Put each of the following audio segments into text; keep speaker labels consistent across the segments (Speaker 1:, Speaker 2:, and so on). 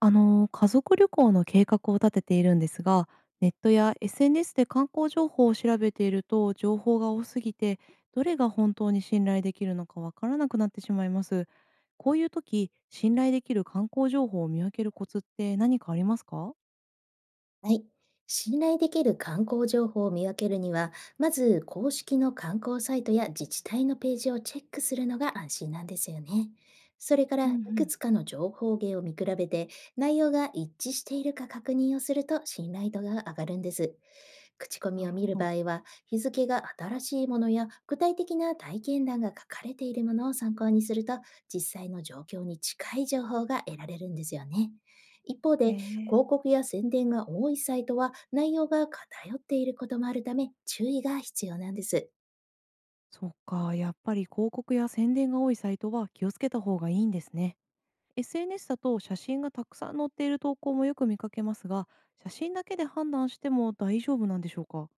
Speaker 1: 家族旅行の計画を立てているんですが、ネットや SNS で観光情報を調べていると情報が多すぎて、どれが本当に信頼できるのかわからなくなってしまいます。こういう時、信頼できる観光情報を見分けるコツって何かありますか？
Speaker 2: はい。信頼できる観光情報を見分けるには、まず公式の観光サイトや自治体のページをチェックするのが安心なんですよね。それから、
Speaker 1: うんう
Speaker 2: いく
Speaker 1: ん、
Speaker 2: つかの情報源を見比べて、内容が一致しているか確認をすると信頼度が上がるんです。口コ
Speaker 1: な
Speaker 2: ミを
Speaker 1: る
Speaker 2: 見
Speaker 1: ほ
Speaker 2: る
Speaker 1: ど。
Speaker 2: 場合は、日付が新しいものや具体的な体験談が書かれているものを参考にすると、実際の状況に近い情報が得られるんですよね。一方で、
Speaker 1: へ
Speaker 2: 広
Speaker 1: え。
Speaker 2: 告や宣伝が多いサイトは内容が偏っていることもあるため注意が必要なんです。
Speaker 1: そっか、やっぱり広告や宣伝が多いサイトは気をつけた方がいいんですね。SNS だと写真がたくさん載っている投稿もよく見かけますが、写真だけで判断しても大丈夫なんでしょうか？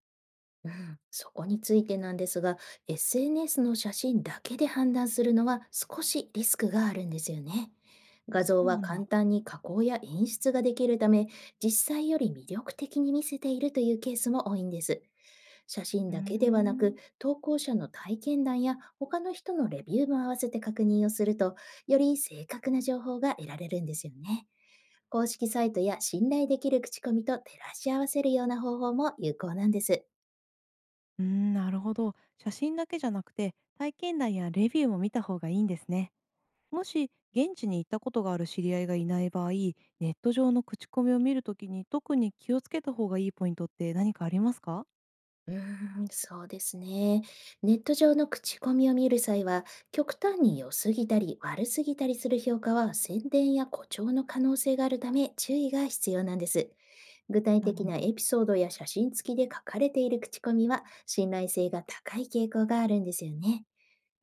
Speaker 2: うん、そこについてなんですが、SNS の写真だけで判断するのは少しリスクがあるんですよね。画
Speaker 1: そ
Speaker 2: 像
Speaker 1: う
Speaker 2: は
Speaker 1: なん
Speaker 2: 簡
Speaker 1: だ。
Speaker 2: 単に加工や演出ができるため、実際より魅力的に見せているというケースも多いんです。写真
Speaker 1: うー
Speaker 2: だけではなく、
Speaker 1: ん。
Speaker 2: 投稿者の体験談や他の人のレビューも合わせて確認をすると、より正確な情報が得られるんですよね。公式サイトや信頼できる口コミと照らし合わせるような方法も有効なんです。
Speaker 1: うーん、なるほど。写真だけじゃなくて、体験談やレビューも見た方がいいんですね。もし、現地に行ったことがある知り合いがいない場合、ネット上の口コミを見るときに特に気をつけた方がいいポイントって何かありますか？
Speaker 2: うーん、そうですね。ネット上の口コミを見る際は、極端に良すぎたり悪すぎたりする評価は宣伝や誇張の可能性があるため注意が必要なんです。具体
Speaker 1: なる
Speaker 2: 的
Speaker 1: ほ
Speaker 2: な
Speaker 1: ど。
Speaker 2: エピソードや写真付きで書かれている口コミは信頼性が高い傾向があるんですよね。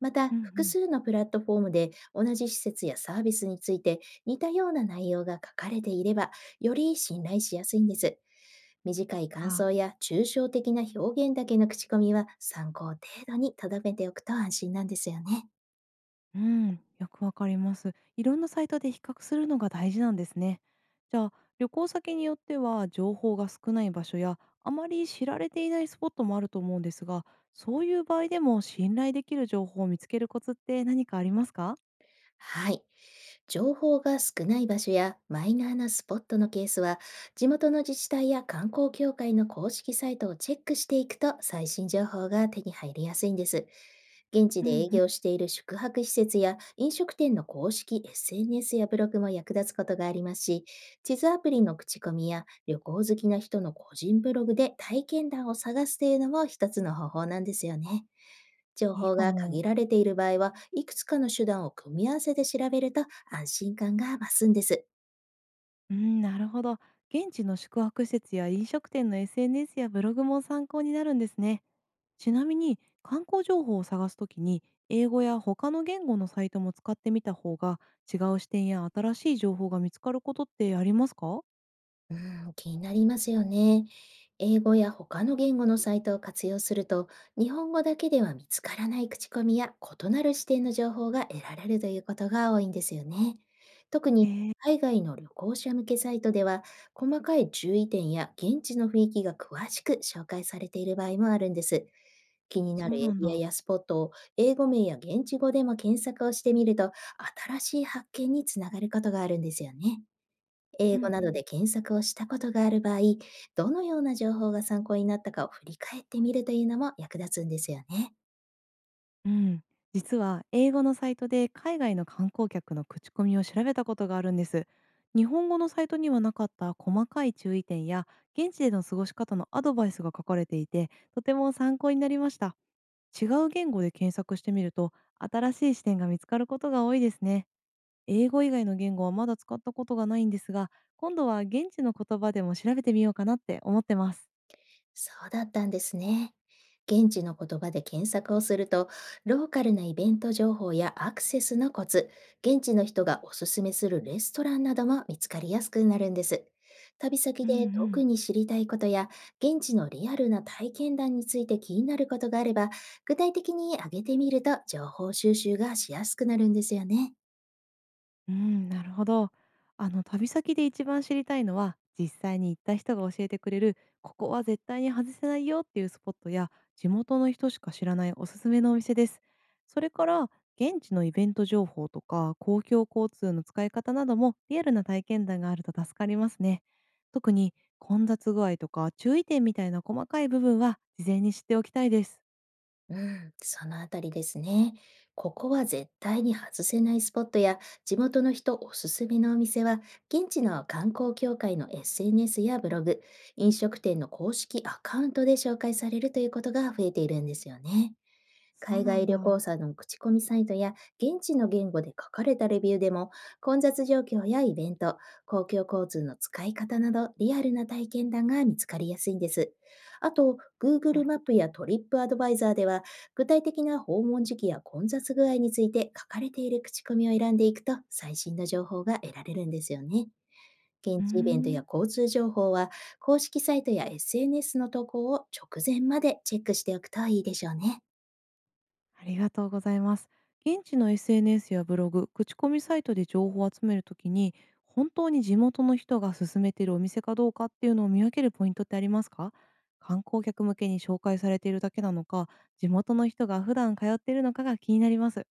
Speaker 2: ま
Speaker 1: う
Speaker 2: た、
Speaker 1: んう
Speaker 2: 複
Speaker 1: ん。
Speaker 2: 数のプラットフォームで同じ施設やサービスについて似たような内容が書かれていれば、より信頼しやすいんです。短い感
Speaker 1: あ。
Speaker 2: 想や抽象的な表現だけの口コミは参考程度に留めておくと安心なんですよね。
Speaker 1: うん、よくわかります。いろんなサイトで比較するのが大事なんですね。じゃあ、旅行先によっては情報が少ない場所やあまり知られていないスポットもあると思うんですが、そういう場合でも信頼できる情報を見つけるコツって何かありますか？
Speaker 2: はい。情報が少ない場所やマイナーなスポットのケースは、地元の自治体や観光協会の公式サイトをチェックしていくと最新情報が手に入りやすいんです。現地
Speaker 1: うん
Speaker 2: で
Speaker 1: う
Speaker 2: 営
Speaker 1: ん、
Speaker 2: 業している宿泊施設や飲食店の公式 SNS やブログも役立つことがありますし、地図アプリの口コミや旅行好きな人の個人ブログで体験談を探すというのも一つの方法なんですよね。情
Speaker 1: いい
Speaker 2: 報
Speaker 1: か
Speaker 2: が
Speaker 1: も。
Speaker 2: 限られている場合は、いくつかの手段を組み合わせて調べると安心感が増すんです。
Speaker 1: うん、なるほど。現地の宿泊施設や飲食店の SNS やブログも参考になるんですね。ちなみに観光情報を探すときに英語や他の言語のサイトも使ってみた方が違う視点や新しい情報が見つかることってありますか？
Speaker 2: うん、気になりますよね。英語や他の言語のサイトを活用すると、日本語だけでは見つからない口コミや異なる視点の情報が得られるということが多いんですよね。特
Speaker 1: へ
Speaker 2: に
Speaker 1: え、
Speaker 2: 海外の旅行者向けサイトでは、細かい注意点や現地の雰囲気が詳しく紹介されている場合もあるんです。気にな
Speaker 1: そ
Speaker 2: る
Speaker 1: う
Speaker 2: エ
Speaker 1: なん
Speaker 2: リア
Speaker 1: だ。
Speaker 2: やスポットを英語名や現地語でも検索をしてみると、新しい発見につながることがあるんですよね。
Speaker 1: う
Speaker 2: 英
Speaker 1: んう
Speaker 2: 語など
Speaker 1: ん。
Speaker 2: で検索をしたことがある場合、どのような情報が参考になったかを振り返ってみるというのも役立つんですよね。
Speaker 1: うん。実は英語のサイトで海外の観光客の口コミを調べたことがあるんです。日本語のサイトにはなかった細かい注意点や現地での過ごし方のアドバイスが書かれていてとても参考になりました。違う言語で検索してみると新しい視点が見つかることが多いですね。英語以外の言語はまだ使ったことがないんですが、今度は現地の言葉でも調べてみようかなって思ってます。
Speaker 2: そうだったんですね。現地の言葉で検索をすると、ローカルなイベント情報やアクセスのコツ、現地の人がおすすめするレストランなども見つかりやすくなるんです。旅
Speaker 1: う
Speaker 2: 先で特
Speaker 1: ん
Speaker 2: に知りたいことや、現地のリアルな体験談について気になることがあれば、具体的に挙げてみると情報収集がしやすくなるんですよね。
Speaker 1: うん、なるほど。あの旅先で一番知りたいのは実際に行った人が教えてくれるここは絶対に外せないよっていうスポットや地元の人しか知らないおすすめのお店です。それから現地のイベント情報とか公共交通の使い方などもリアルな体験談があると助かりますね。特に混雑具合とか注意点みたいな細かい部分は事前に知っておきたいです。
Speaker 2: うん、そのあたりですね。ここは絶対に外せないスポットや地元の人おすすめのお店は、現地の観光協会の SNS やブログ、飲食店の公式アカウントで紹介されるということが増えているんですよね。
Speaker 1: そう
Speaker 2: 海
Speaker 1: な
Speaker 2: 外
Speaker 1: ん
Speaker 2: 旅行
Speaker 1: だ。
Speaker 2: 者の口コミサイトや現地の言語で書かれたレビューでも混雑状況やイベント、公共交通の使い方などリアルな体験談が見つかりやすいんです。あと、
Speaker 1: な
Speaker 2: Google
Speaker 1: るほ
Speaker 2: マップや
Speaker 1: ど。
Speaker 2: トリップアドバイザーでは具体的な訪問時期や混雑具合について書かれている口コミを選んでいくと最新の情報が得られるんですよね。
Speaker 1: うー
Speaker 2: 現地イベント
Speaker 1: ん。
Speaker 2: や交通情報は公式サイトや SNS の投稿を直前までチェックしておくといいでしょうね。
Speaker 1: ありがとうございます。現地の SNS やブログ、口コミサイトで情報を集めるときに、本当に地元の人が勧めているお店かどうかっていうのを見分けるポイントってありますか？観光客向けに紹介されているだけなのか、地元の人が普段通っているのかが気になります。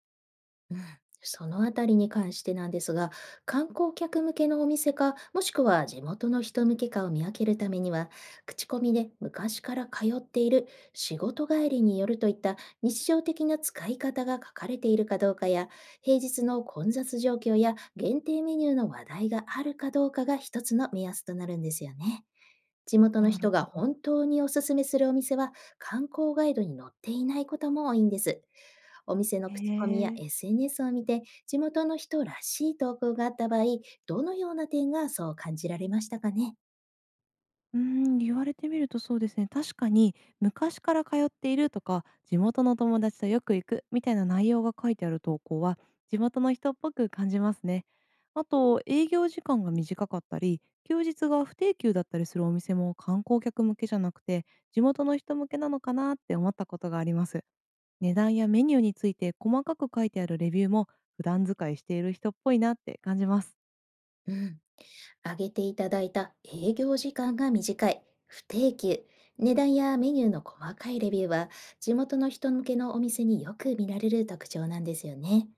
Speaker 2: そのあたりに関してなんですが、観光客向けのお店か、もしくは地元の人向けかを見分けるためには、口コミで昔から通っている、仕事帰りによるといった日常的な使い方が書かれているかどうかや、平日の混雑状況や限定メニューの話題があるかどうかが一つの目安となるんですよね。地元の
Speaker 1: なる
Speaker 2: 人が
Speaker 1: ほど。
Speaker 2: 本当におすすめするお店は観光ガイドに載っていないことも多いんです。お店
Speaker 1: へ
Speaker 2: の口コミや
Speaker 1: え。
Speaker 2: SNS を見て、地元の人らしい投稿があった場合、どのような点がそう感じられましたかね？
Speaker 1: うーん、言われてみるとそうですね。確かに昔から通っているとか、地元の友達とよく行くみたいな内容が書いてある投稿は、地元の人っぽく感じますね。あと、営業時間が短かったり、休日が不定休だったりするお店も観光客向けじゃなくて、地元の人向けなのかなって思ったことがあります。値段やメニューについて細かく書いてあるレビューも、普段使いしている人っぽいなって感じます。
Speaker 2: うん。挙げていただいた営業時間が短い、不定休、値段やメニューの細かいレビューは、地元の人向けのお店によく見られる特徴なんですよね。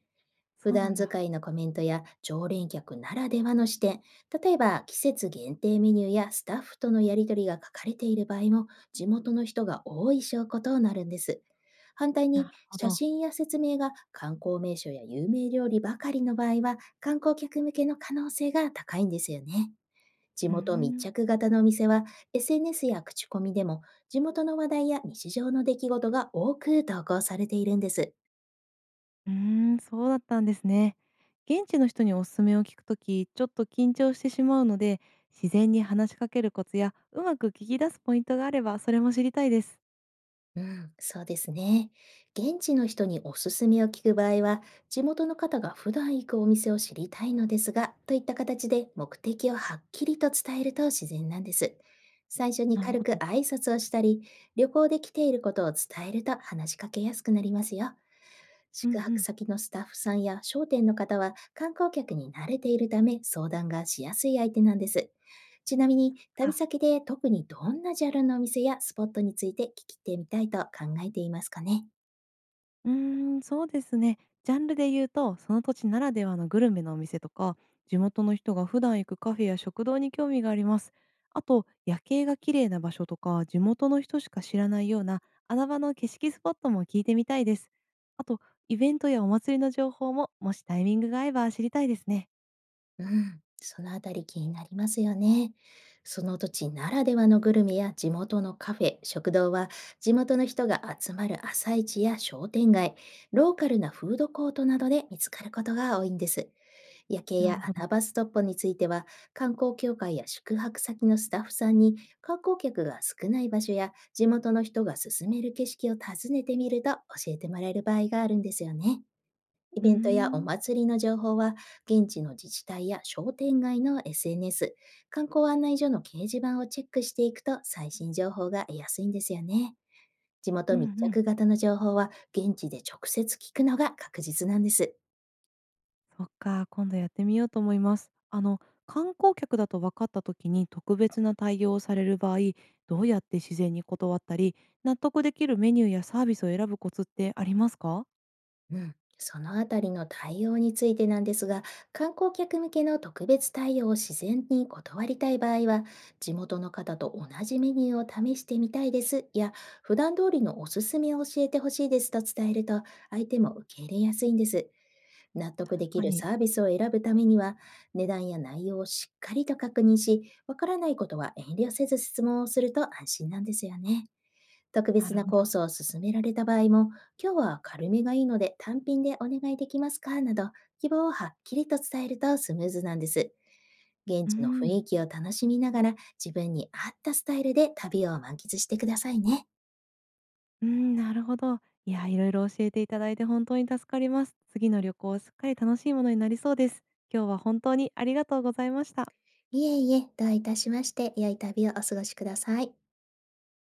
Speaker 2: 普
Speaker 1: そうな
Speaker 2: 段
Speaker 1: んだ。
Speaker 2: 使いのコメントや常連客ならではの視点、例えば季節限定メニューやスタッフとのやり取りが書かれている場合も地元の人が多い証拠となるんです。反対
Speaker 1: なる
Speaker 2: に
Speaker 1: ほ
Speaker 2: 写
Speaker 1: ど。
Speaker 2: 真や説明が観光名所や有名料理ばかりの場合は観光客向けの可能性が高いんですよね。地
Speaker 1: うー
Speaker 2: 元密
Speaker 1: ん。
Speaker 2: 着型のお店は SNS や口コミでも地元の話題や日常の出来事が多く投稿されているんです。
Speaker 1: うーん、そうだったんですね。現地の人におすすめを聞くとき、ちょっと緊張してしまうので、自然に話しかけるコツや、うまく聞き出すポイントがあれば、それも知りたいです。
Speaker 2: うん、そうですね。現地の人におすすめを聞く場合は、地元の方が普段行くお店を知りたいのですが、といった形で目的をはっきりと伝えると自然なんです。最初に
Speaker 1: なる
Speaker 2: 軽
Speaker 1: ほ
Speaker 2: く
Speaker 1: ど。
Speaker 2: 挨拶をしたり、旅行で来ていることを伝えると話しかけやすくなりますよ。
Speaker 1: う
Speaker 2: 宿
Speaker 1: んう
Speaker 2: 泊
Speaker 1: ん。
Speaker 2: 先のスタッフさんや商店の方は観光客に慣れているため相談がしやすい相手なんです。ちなみに
Speaker 1: あ、
Speaker 2: 旅先で特にどんなジャンルのお店やスポットについて聞いてみたいと考えていますかね？
Speaker 1: うーん、そうですね。ジャンルで言うと、その土地ならではのグルメのお店とか、地元の人が普段行くカフェや食堂に興味があります。あと、夜景が綺麗な場所とか、地元の人しか知らないような穴場の景色スポットも聞いてみたいです。あと、イベントやお祭りの情報も、もしタイミングが合えば知りたいですね。
Speaker 2: うん、そのあたり気になりますよね。その土地ならではのグルメや地元のカフェ、食堂は地元の人が集まる朝市や商店街、ローカルなフードコートなどで見つかることが多いんです。夜景
Speaker 1: なる
Speaker 2: や
Speaker 1: ほど。
Speaker 2: 穴場ストップについては観光協会や宿泊先のスタッフさんに観光客が少ない場所や地元の人が勧める景色を訪ねてみると教えてもらえる場合があるんですよね。イ
Speaker 1: うー
Speaker 2: ベントやお
Speaker 1: ん。
Speaker 2: 祭りの情報は、現地の自治体や商店街の SNS、観光案内所の掲示板をチェックしていくと最新情報が得やすいんですよね。地
Speaker 1: う
Speaker 2: 元
Speaker 1: ん
Speaker 2: 密
Speaker 1: うん。
Speaker 2: 着型の情報は、現地で直接聞くのが確実なんです。
Speaker 1: そっか、今度やってみようと思います。あの、観光客だと分かった時に特別な対応をされる場合、どうやって自然に断ったり、納得できるメニューやサービスを選ぶコツってありますか？
Speaker 2: うん、そのあたりの対応についてなんですが、観光客向けの特別対応を自然に断りたい場合は、地元の方と同じメニューを試してみたいですや、普段通りのおすすめを教えてほしいですと伝えると、相手も受け入れやすいんです。納得で
Speaker 1: 確
Speaker 2: き
Speaker 1: か
Speaker 2: る
Speaker 1: に。
Speaker 2: サービスを選ぶためには、値段や内容をしっかりと確認し、わからないことは遠慮せず質問をすると安心なんですよね。特
Speaker 1: な
Speaker 2: 別
Speaker 1: るほ
Speaker 2: な
Speaker 1: ど。
Speaker 2: コースを勧められた場合も、今日は軽めがいいので単品でお願いできますかなど、希望をはっきりと伝えるとスムーズなんです。現
Speaker 1: う
Speaker 2: 地の雰
Speaker 1: ん。
Speaker 2: 囲気を楽しみながら、自分に合ったスタイルで旅を満喫してくださいね。
Speaker 1: うん、なるほど。いや、いろいろ教えていただいて本当に助かります。次の旅行、すっかり楽しいものになりそうです。今日は本当にありがとうございました。
Speaker 2: いえいえ、どういたしまして、良い旅をお過ごしください。